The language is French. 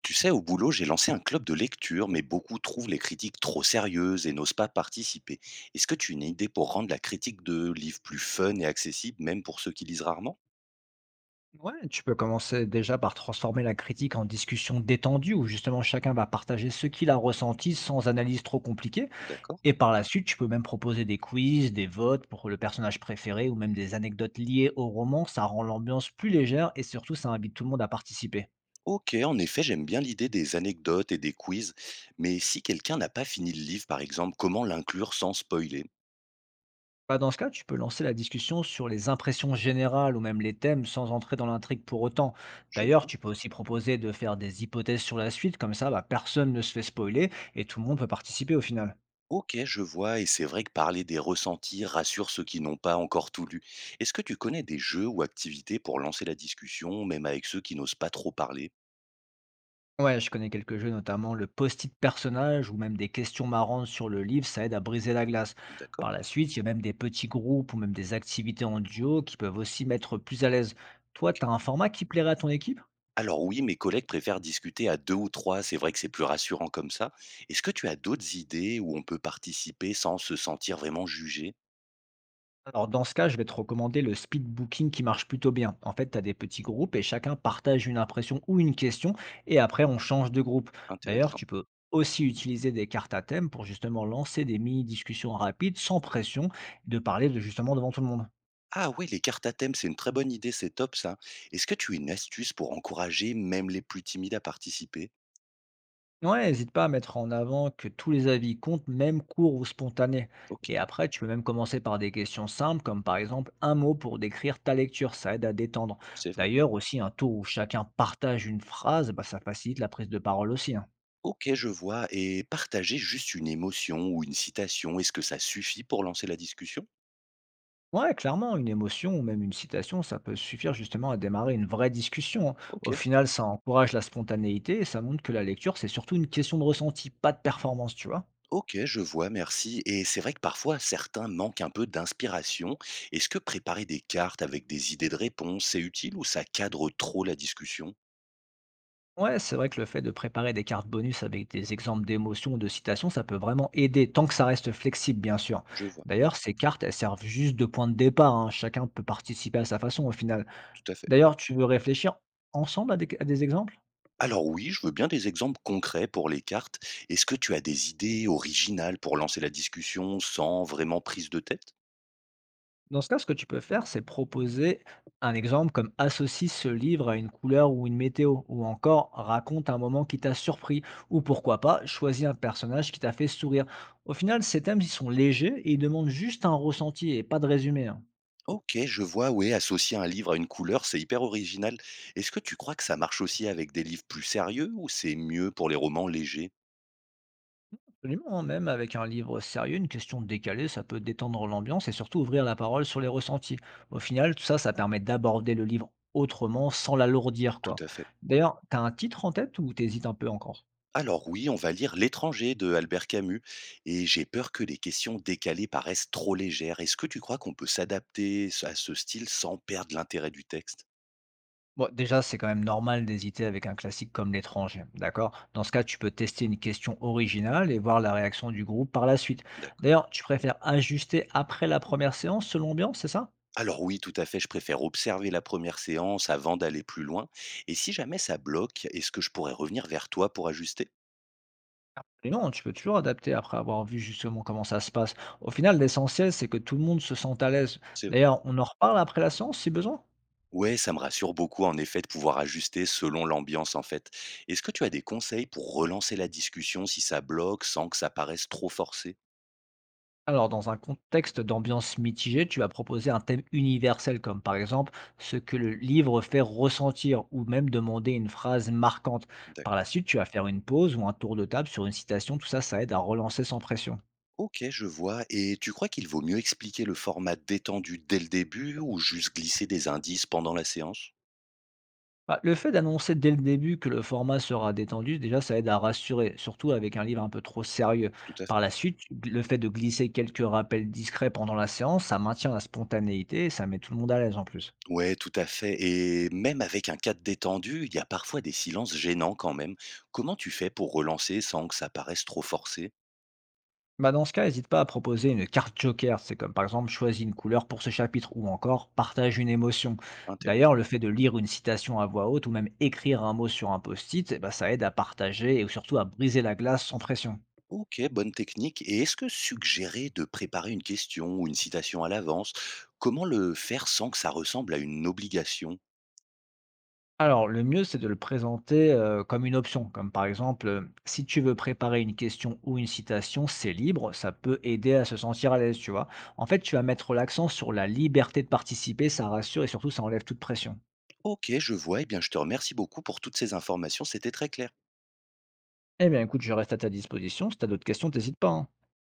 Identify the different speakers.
Speaker 1: Tu sais, au boulot, j'ai lancé un club de lecture, mais beaucoup trouvent les critiques trop sérieuses et n'osent pas participer. Est-ce que tu as une idée pour rendre la critique de livres plus fun et accessible, même pour ceux qui lisent rarement?
Speaker 2: Ouais, tu peux commencer déjà par transformer la critique en discussion détendue où justement chacun va partager ce qu'il a ressenti sans analyse trop compliquée.
Speaker 1: D'accord.
Speaker 2: Et par la suite, tu peux même proposer des quiz, des votes pour le personnage préféré ou même des anecdotes liées au roman. Ça rend l'ambiance plus légère et surtout ça invite tout le monde à participer.
Speaker 1: Ok, en effet, j'aime bien l'idée des anecdotes et des quiz, mais si quelqu'un n'a pas fini le livre, par exemple, comment l'inclure sans spoiler?
Speaker 2: Bah, dans ce cas, tu peux lancer la discussion sur les impressions générales ou même les thèmes sans entrer dans l'intrigue pour autant.
Speaker 1: Je
Speaker 2: D'ailleurs,
Speaker 1: vois.
Speaker 2: tu peux aussi proposer de faire des hypothèses sur la suite, comme ça, bah, personne ne se fait spoiler et tout le monde peut participer au final.
Speaker 1: Ok, je vois, et c'est vrai que parler des ressentis rassure ceux qui n'ont pas encore tout lu. Est-ce que tu connais des jeux ou activités pour lancer la discussion, même avec ceux qui n'osent pas trop parler?
Speaker 2: Ouais, je connais quelques jeux, notamment le post-it personnage ou même des questions marrantes sur le livre, ça aide à briser la glace.
Speaker 1: D'accord.
Speaker 2: Par la suite, il y a même des petits groupes ou même des activités en duo qui peuvent aussi mettre plus à l'aise.
Speaker 1: Ok.
Speaker 2: Toi, tu as un format qui plairait à ton équipe?
Speaker 1: Alors oui, mes collègues préfèrent discuter à 2 ou 3. C'est vrai que c'est plus rassurant comme ça. Est-ce que tu as d'autres idées où on peut participer sans se sentir vraiment jugé?
Speaker 2: Alors dans ce cas, je vais te recommander le speed booking qui marche plutôt bien. En fait, tu as des petits groupes et chacun partage une impression ou une question et après on change de groupe. D'ailleurs,
Speaker 1: Intéressant.
Speaker 2: tu peux aussi utiliser des cartes à thème pour justement lancer des mini-discussions rapides sans pression de parler de justement devant tout le monde.
Speaker 1: Ah oui, les cartes à thème, c'est une très bonne idée, c'est top ça. Est-ce que tu as une astuce pour encourager même les plus timides à participer?
Speaker 2: Ouais, hésite pas à mettre en avant que tous les avis comptent, même courts ou spontanés.
Speaker 1: Ok,
Speaker 2: Et après, tu peux même commencer par des questions simples, comme par exemple un mot pour décrire ta lecture, ça aide à détendre.
Speaker 1: c'est vrai.
Speaker 2: D'ailleurs, aussi un tour où chacun partage une phrase, bah, ça facilite la prise de parole aussi, hein.
Speaker 1: Ok, je vois. Et partager juste une émotion ou une citation, est-ce que ça suffit pour lancer la discussion?
Speaker 2: Ouais, clairement, une émotion ou même une citation, ça peut suffire justement à démarrer une vraie discussion, hein.
Speaker 1: Ok.
Speaker 2: Au final, ça encourage la spontanéité et ça montre que la lecture, c'est surtout une question de ressenti, pas de performance, tu vois.
Speaker 1: Ok, je vois, merci. Et c'est vrai que parfois, certains manquent un peu d'inspiration. Est-ce que préparer des cartes avec des idées de réponse, c'est utile ou ça cadre trop la discussion?
Speaker 2: Ouais, c'est vrai que le fait de préparer des cartes bonus avec des exemples d'émotions ou de citations, ça peut vraiment aider, tant que ça reste flexible, bien sûr.
Speaker 1: Je vois,
Speaker 2: D'ailleurs, ces cartes, elles servent juste de point de départ, hein. Chacun peut participer à sa façon au final.
Speaker 1: tout à fait.
Speaker 2: D'ailleurs, tu veux réfléchir ensemble à des exemples?
Speaker 1: Alors oui, je veux bien des exemples concrets pour les cartes. Est-ce que tu as des idées originales pour lancer la discussion sans vraiment prise de tête?
Speaker 2: Dans ce cas, ce que tu peux faire, c'est proposer un exemple comme associe ce livre à une couleur ou une météo, ou encore raconte un moment qui t'a surpris, ou pourquoi pas, choisis un personnage qui t'a fait sourire. Au final, ces thèmes, ils sont légers et ils demandent juste un ressenti et pas de résumé, hein.
Speaker 1: Ok, je vois, oui, associer un livre à une couleur, c'est hyper original. Est-ce que tu crois que ça marche aussi avec des livres plus sérieux ou c'est mieux pour les romans légers?
Speaker 2: Absolument, hein, même avec un livre sérieux, une question décalée, ça peut détendre l'ambiance et surtout ouvrir la parole sur les ressentis. Au final, tout ça, ça permet d'aborder le livre autrement, sans l'alourdir,
Speaker 1: Tout
Speaker 2: quoi.
Speaker 1: à fait.
Speaker 2: D'ailleurs, t'as un titre en tête ou t'hésites un peu encore?
Speaker 1: Alors oui, on va lire L'étranger de Albert Camus et j'ai peur que les questions décalées paraissent trop légères. Est-ce que tu crois qu'on peut s'adapter à ce style sans perdre l'intérêt du texte?
Speaker 2: Bon, déjà, c'est quand même normal d'hésiter avec un classique comme L'étranger, d'accord? Dans ce cas, tu peux tester une question originale et voir la réaction du groupe par la suite.
Speaker 1: D'accord.
Speaker 2: D'ailleurs, tu préfères ajuster après la première séance selon l'ambiance, c'est ça?
Speaker 1: Alors oui, tout à fait, je préfère observer la première séance avant d'aller plus loin. Et si jamais ça bloque, est-ce que je pourrais revenir vers toi pour ajuster?
Speaker 2: Mais non, tu peux toujours adapter après avoir vu justement comment ça se passe. Au final, l'essentiel, c'est que tout le monde se sente à l'aise.
Speaker 1: C'est vrai.
Speaker 2: D'ailleurs, on en reparle après la séance si besoin.
Speaker 1: Ouais, ça me rassure beaucoup en effet de pouvoir ajuster selon l'ambiance en fait. Est-ce que tu as des conseils pour relancer la discussion si ça bloque sans que ça paraisse trop forcé?
Speaker 2: Alors, dans un contexte d'ambiance mitigée, tu vas proposer un thème universel comme par exemple ce que le livre fait ressentir ou même demander une phrase marquante. Par la
Speaker 1: D'accord.
Speaker 2: suite, tu vas faire une pause ou un tour de table sur une citation. Tout ça, ça aide à relancer sans pression.
Speaker 1: Ok, je vois. Et tu crois qu'il vaut mieux expliquer le format détendu dès le début ou juste glisser des indices pendant la séance?
Speaker 2: Bah, le fait d'annoncer dès le début que le format sera détendu, déjà, ça aide à rassurer, surtout avec un livre un peu trop sérieux.
Speaker 1: Tout à
Speaker 2: Par
Speaker 1: fait.
Speaker 2: la suite, le fait de glisser quelques rappels discrets pendant la séance, ça maintient la spontanéité et ça met tout le monde à l'aise en plus.
Speaker 1: Ouais, tout à fait. Et même avec un cadre détendu, il y a parfois des silences gênants quand même. Comment tu fais pour relancer sans que ça paraisse trop forcé?
Speaker 2: Bah, dans ce cas, n'hésite pas à proposer une carte joker, c'est comme par exemple choisis une couleur pour ce chapitre ou encore partage une émotion.
Speaker 1: Intéressant.
Speaker 2: D'ailleurs, le fait de lire une citation à voix haute ou même écrire un mot sur un post-it, eh ben, ça aide à partager et surtout à briser la glace sans pression.
Speaker 1: Ok, bonne technique. Et est-ce que suggérer de préparer une question ou une citation à l'avance, comment le faire sans que ça ressemble à une obligation?
Speaker 2: Alors, le mieux, c'est de le présenter comme une option, comme par exemple, si tu veux préparer une question ou une citation, c'est libre, ça peut aider à se sentir à l'aise, tu vois. En fait, tu vas mettre l'accent sur la liberté de participer, ça rassure et surtout, ça enlève toute pression.
Speaker 1: Ok, je vois. Eh bien, je te remercie beaucoup pour toutes ces informations. C'était très clair.
Speaker 2: Eh bien, écoute, je reste à ta disposition. Si tu as d'autres questions, n'hésite pas, hein.